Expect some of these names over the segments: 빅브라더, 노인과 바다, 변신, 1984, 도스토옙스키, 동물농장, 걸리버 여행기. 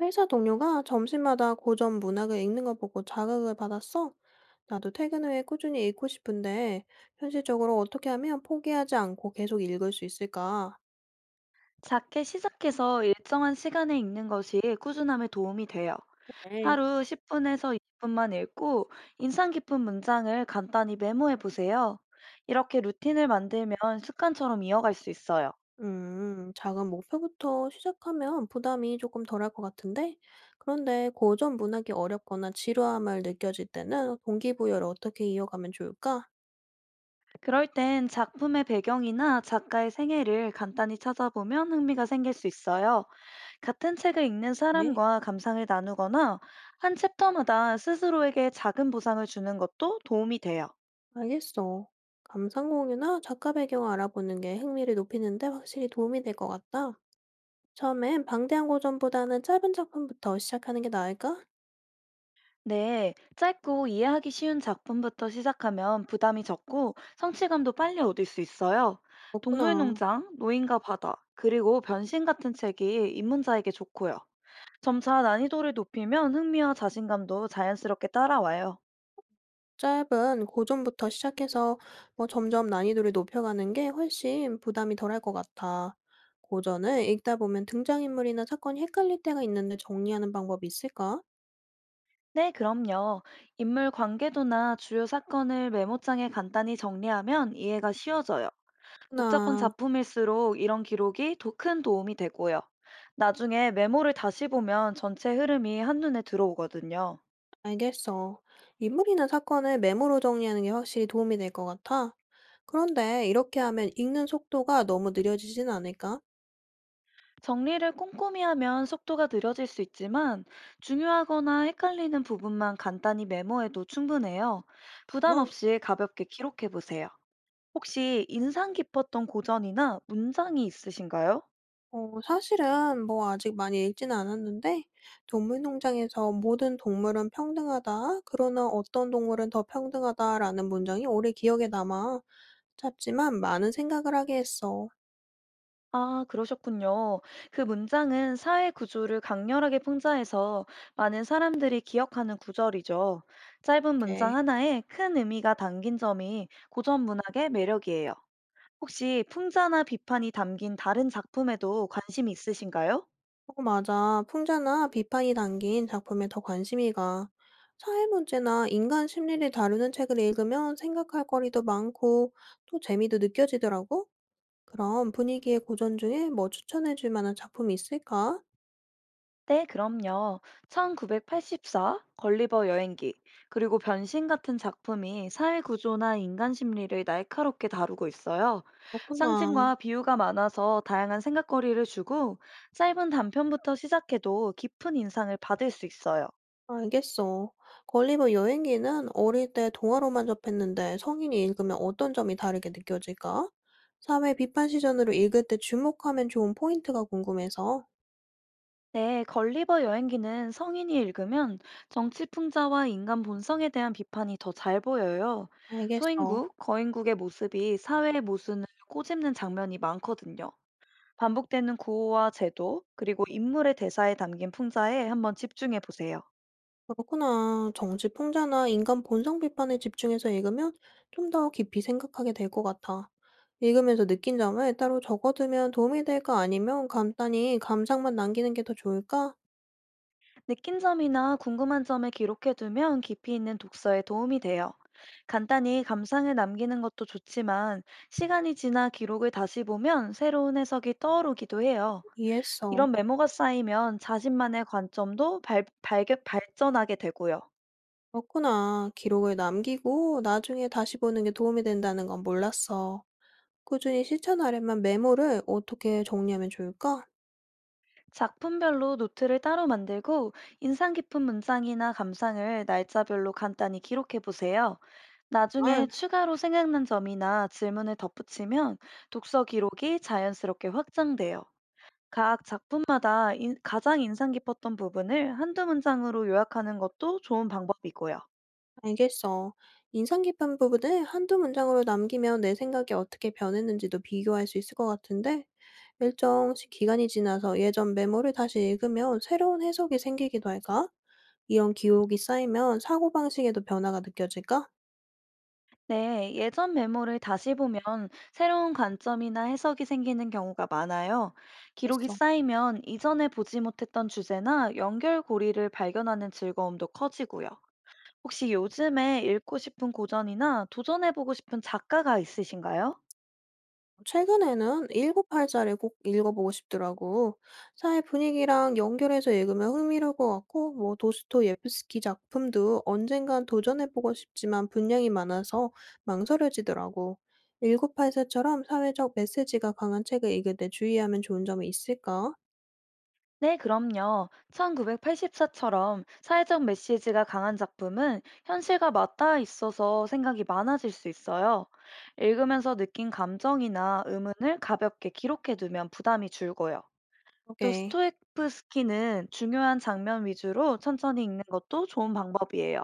회사 동료가 점심마다 고전 문학을 읽는 거 보고 자극을 받았어. 나도 퇴근 후에 꾸준히 읽고 싶은데, 현실적으로 어떻게 하면 포기하지 않고 계속 읽을 수 있을까? 작게 시작해서 일정한 시간에 읽는 것이 꾸준함에 도움이 돼요. 네. 하루 10분에서 20분만 읽고 인상 깊은 문장을 간단히 메모해 보세요. 이렇게 루틴을 만들면 습관처럼 이어갈 수 있어요. 작은 목표부터 시작하면 부담이 조금 덜할 것 같은데, 그런데 고전 문학이 어렵거나 지루함을 느껴질 때는 동기부여를 어떻게 이어가면 좋을까? 그럴 땐 작품의 배경이나 작가의 생애를 간단히 찾아보면 흥미가 생길 수 있어요. 같은 책을 읽는 네. 사람과 감상을 나누거나 한 챕터마다 스스로에게 작은 보상을 주는 것도 도움이 돼요. 알겠어. 감상 공유나 작가 배경을 알아보는 게 흥미를 높이는데 확실히 도움이 될 것 같다. 처음엔 방대한 고전보다는 짧은 작품부터 시작하는 게 나을까? 네, 짧고 이해하기 쉬운 작품부터 시작하면 부담이 적고 성취감도 빨리 얻을 수 있어요. 그렇구나. 동물농장, 노인과 바다, 그리고 변신 같은 책이 입문자에게 좋고요. 점차 난이도를 높이면 흥미와 자신감도 자연스럽게 따라와요. 짧은 고전부터 시작해서 뭐 점점 난이도를 높여가는 게 훨씬 부담이 덜할 것 같아. 고전을 읽다 보면 등장인물이나 사건이 헷갈릴 때가 있는데 정리하는 방법이 있을까? 네, 그럼요. 인물 관계도나 주요 사건을 메모장에 간단히 정리하면 이해가 쉬워져요. 복잡한 나 작품일수록 이런 기록이 더 큰 도움이 되고요. 나중에 메모를 다시 보면 전체 흐름이 한눈에 들어오거든요. 알겠어. 인물이나 사건을 메모로 정리하는 게 확실히 도움이 될 것 같아. 그런데 이렇게 하면 읽는 속도가 너무 느려지진 않을까? 정리를 꼼꼼히 하면 속도가 느려질 수 있지만 중요하거나 헷갈리는 부분만 간단히 메모해도 충분해요. 부담 아, 없이 가볍게 기록해 보세요. 혹시 인상 깊었던 고전이나 문장이 있으신가요? 사실은 뭐 아직 많이 읽지는 않았는데 동물농장에서 "모든 동물은 평등하다. 그러나 어떤 동물은 더 평등하다."라는 문장이 오래 기억에 남아 짧지만 많은 생각을 하게 했어. 아, 그러셨군요. 그 문장은 사회 구조를 강렬하게 풍자해서 많은 사람들이 기억하는 구절이죠. 짧은 네. 문장 하나에 큰 의미가 담긴 점이 고전 문학의 매력이에요. 혹시 풍자나 비판이 담긴 다른 작품에도 관심이 있으신가요? 어, 맞아. 풍자나 비판이 담긴 작품에 더 관심이 가. 사회 문제나 인간 심리를 다루는 책을 읽으면 생각할 거리도 많고 또 재미도 느껴지더라고. 그럼 분위기의 고전 중에 뭐 추천해 줄 만한 작품이 있을까? 네, 그럼요. 1984, 걸리버 여행기, 그리고 변신 같은 작품이 사회 구조나 인간 심리를 날카롭게 다루고 있어요. 그렇구나. 상징과 비유가 많아서 다양한 생각거리를 주고 짧은 단편부터 시작해도 깊은 인상을 받을 수 있어요. 알겠어. 걸리버 여행기는 어릴 때 동화로만 접했는데 성인이 읽으면 어떤 점이 다르게 느껴질까? 사회 비판 시전으로 읽을 때 주목하면 좋은 포인트가 궁금해서. 네, 걸리버 여행기는 성인이 읽으면 정치 풍자와 인간 본성에 대한 비판이 더 잘 보여요. 알겠어. 소인국, 거인국의 모습이 사회의 모순을 꼬집는 장면이 많거든요. 반복되는 구호와 제도, 그리고 인물의 대사에 담긴 풍자에 한번 집중해 보세요. 그렇구나. 정치 풍자나 인간 본성 비판에 집중해서 읽으면 좀 더 깊이 생각하게 될 것 같아. 읽으면서 느낀 점을 따로 적어두면 도움이 될까? 아니면 간단히 감상만 남기는 게 더 좋을까? 느낀 점이나 궁금한 점을 기록해 두면 깊이 있는 독서에 도움이 돼요. 간단히 감상을 남기는 것도 좋지만 시간이 지나 기록을 다시 보면 새로운 해석이 떠오르기도 해요. 이해했어. 이런 메모가 쌓이면 자신만의 관점도 발전하게 되고요. 그렇구나. 기록을 남기고 나중에 다시 보는 게 도움이 된다는 건 몰랐어. 꾸준히 실천하려면 메모를 어떻게 정리하면 좋을까? 작품별로 노트를 따로 만들고 인상 깊은 문장이나 감상을 날짜별로 간단히 기록해 보세요. 아, 나중에 추가로 생각난 점이나 질문을 덧붙이면 독서 기록이 자연스럽게 확장돼요. 각 작품마다 가장 인상 깊었던 부분을 한두 문장으로 요약하는 것도 좋은 방법이고요. 알겠어. 인상 깊은 부분을 한두 문장으로 남기면 내 생각이 어떻게 변했는지도 비교할 수 있을 것 같은데, 일정씩 기간이 지나서 예전 메모를 다시 읽으면 새로운 해석이 생기기도 할까? 이런 기록이 쌓이면 사고방식에도 변화가 느껴질까? 네, 예전 메모를 다시 보면 새로운 관점이나 해석이 생기는 경우가 많아요. 기록이 쌓이면 이전에 보지 못했던 주제나 연결고리를 발견하는 즐거움도 커지고요. 혹시 요즘에 읽고 싶은 고전이나 도전해보고 싶은 작가가 있으신가요? 최근에는 일곱팔자를 꼭 읽어보고 싶더라고. 사회 분위기랑 연결해서 읽으면 흥미로울 것 같고, 뭐 도스토옙스키 작품도 언젠간 도전해보고 싶지만 분량이 많아서 망설여지더라고. 일곱팔사처럼 사회적 메시지가 강한 책을 읽을 때 주의하면 좋은 점이 있을까? 네, 그럼요. 1984처럼 사회적 메시지가 강한 작품은 현실과 맞닿아 있어서 생각이 많아질 수 있어요. 읽으면서 느낀 감정이나 의문을 가볍게 기록해 두면 부담이 줄고요. 또 오케이. 스토에프스키는 중요한 장면 위주로 천천히 읽는 것도 좋은 방법이에요.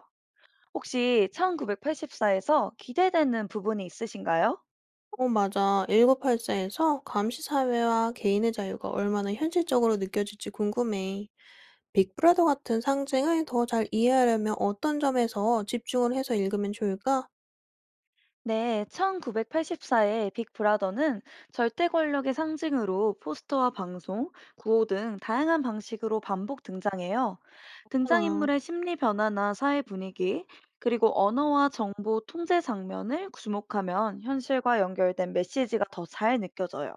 혹시 1984에서 기대되는 부분이 있으신가요? 어, 맞아. 일곱팔사에서 감시사회와 개인의 자유가 얼마나 현실적으로 느껴질지 궁금해. 빅브라더 같은 상징을 더 잘 이해하려면 어떤 점에서 집중을 해서 읽으면 좋을까? 네, 1984의 빅브라더는 절대 권력의 상징으로 포스터와 방송, 구호 등 다양한 방식으로 반복 등장해요. 그렇구나. 등장인물의 심리 변화나 사회 분위기, 그리고 언어와 정보 통제 장면을 주목하면 현실과 연결된 메시지가 더 잘 느껴져요.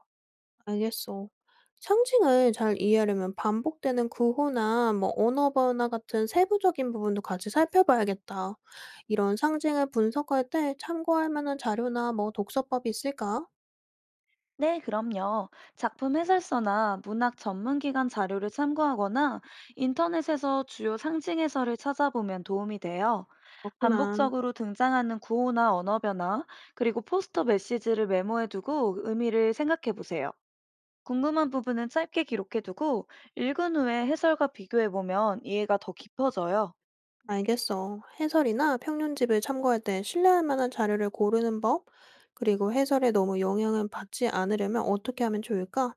알겠어. 상징을 잘 이해하려면 반복되는 구호나 뭐 언어 변화 같은 세부적인 부분도 같이 살펴봐야겠다. 이런 상징을 분석할 때 참고할 만한 자료나 뭐 독서법이 있을까? 네, 그럼요. 작품 해설서나 문학 전문 기관 자료를 참고하거나 인터넷에서 주요 상징 해설을 찾아보면 도움이 돼요. 그렇구나. 반복적으로 등장하는 구호나 언어 변화, 그리고 포스터 메시지를 메모해두고 의미를 생각해보세요. 궁금한 부분은 짧게 기록해두고 읽은 후에 해설과 비교해보면 이해가 더 깊어져요. 알겠어. 해설이나 평론집을 참고할 때 신뢰할 만한 자료를 고르는 법, 그리고 해설에 너무 영향을 받지 않으려면 어떻게 하면 좋을까?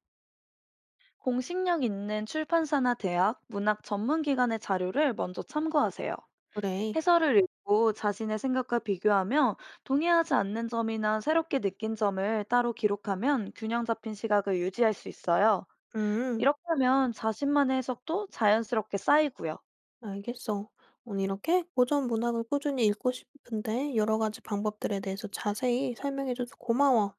공식력 있는 출판사나 대학, 문학 전문 기관의 자료를 먼저 참고하세요. 그래. 해설을 읽고 자신의 생각과 비교하며 동의하지 않는 점이나 새롭게 느낀 점을 따로 기록하면 균형 잡힌 시각을 유지할 수 있어요. 음, 이렇게 하면 자신만의 해석도 자연스럽게 쌓이고요. 알겠어. 오늘 이렇게 고전 문학을 꾸준히 읽고 싶은데 여러 가지 방법들에 대해서 자세히 설명해줘서 고마워.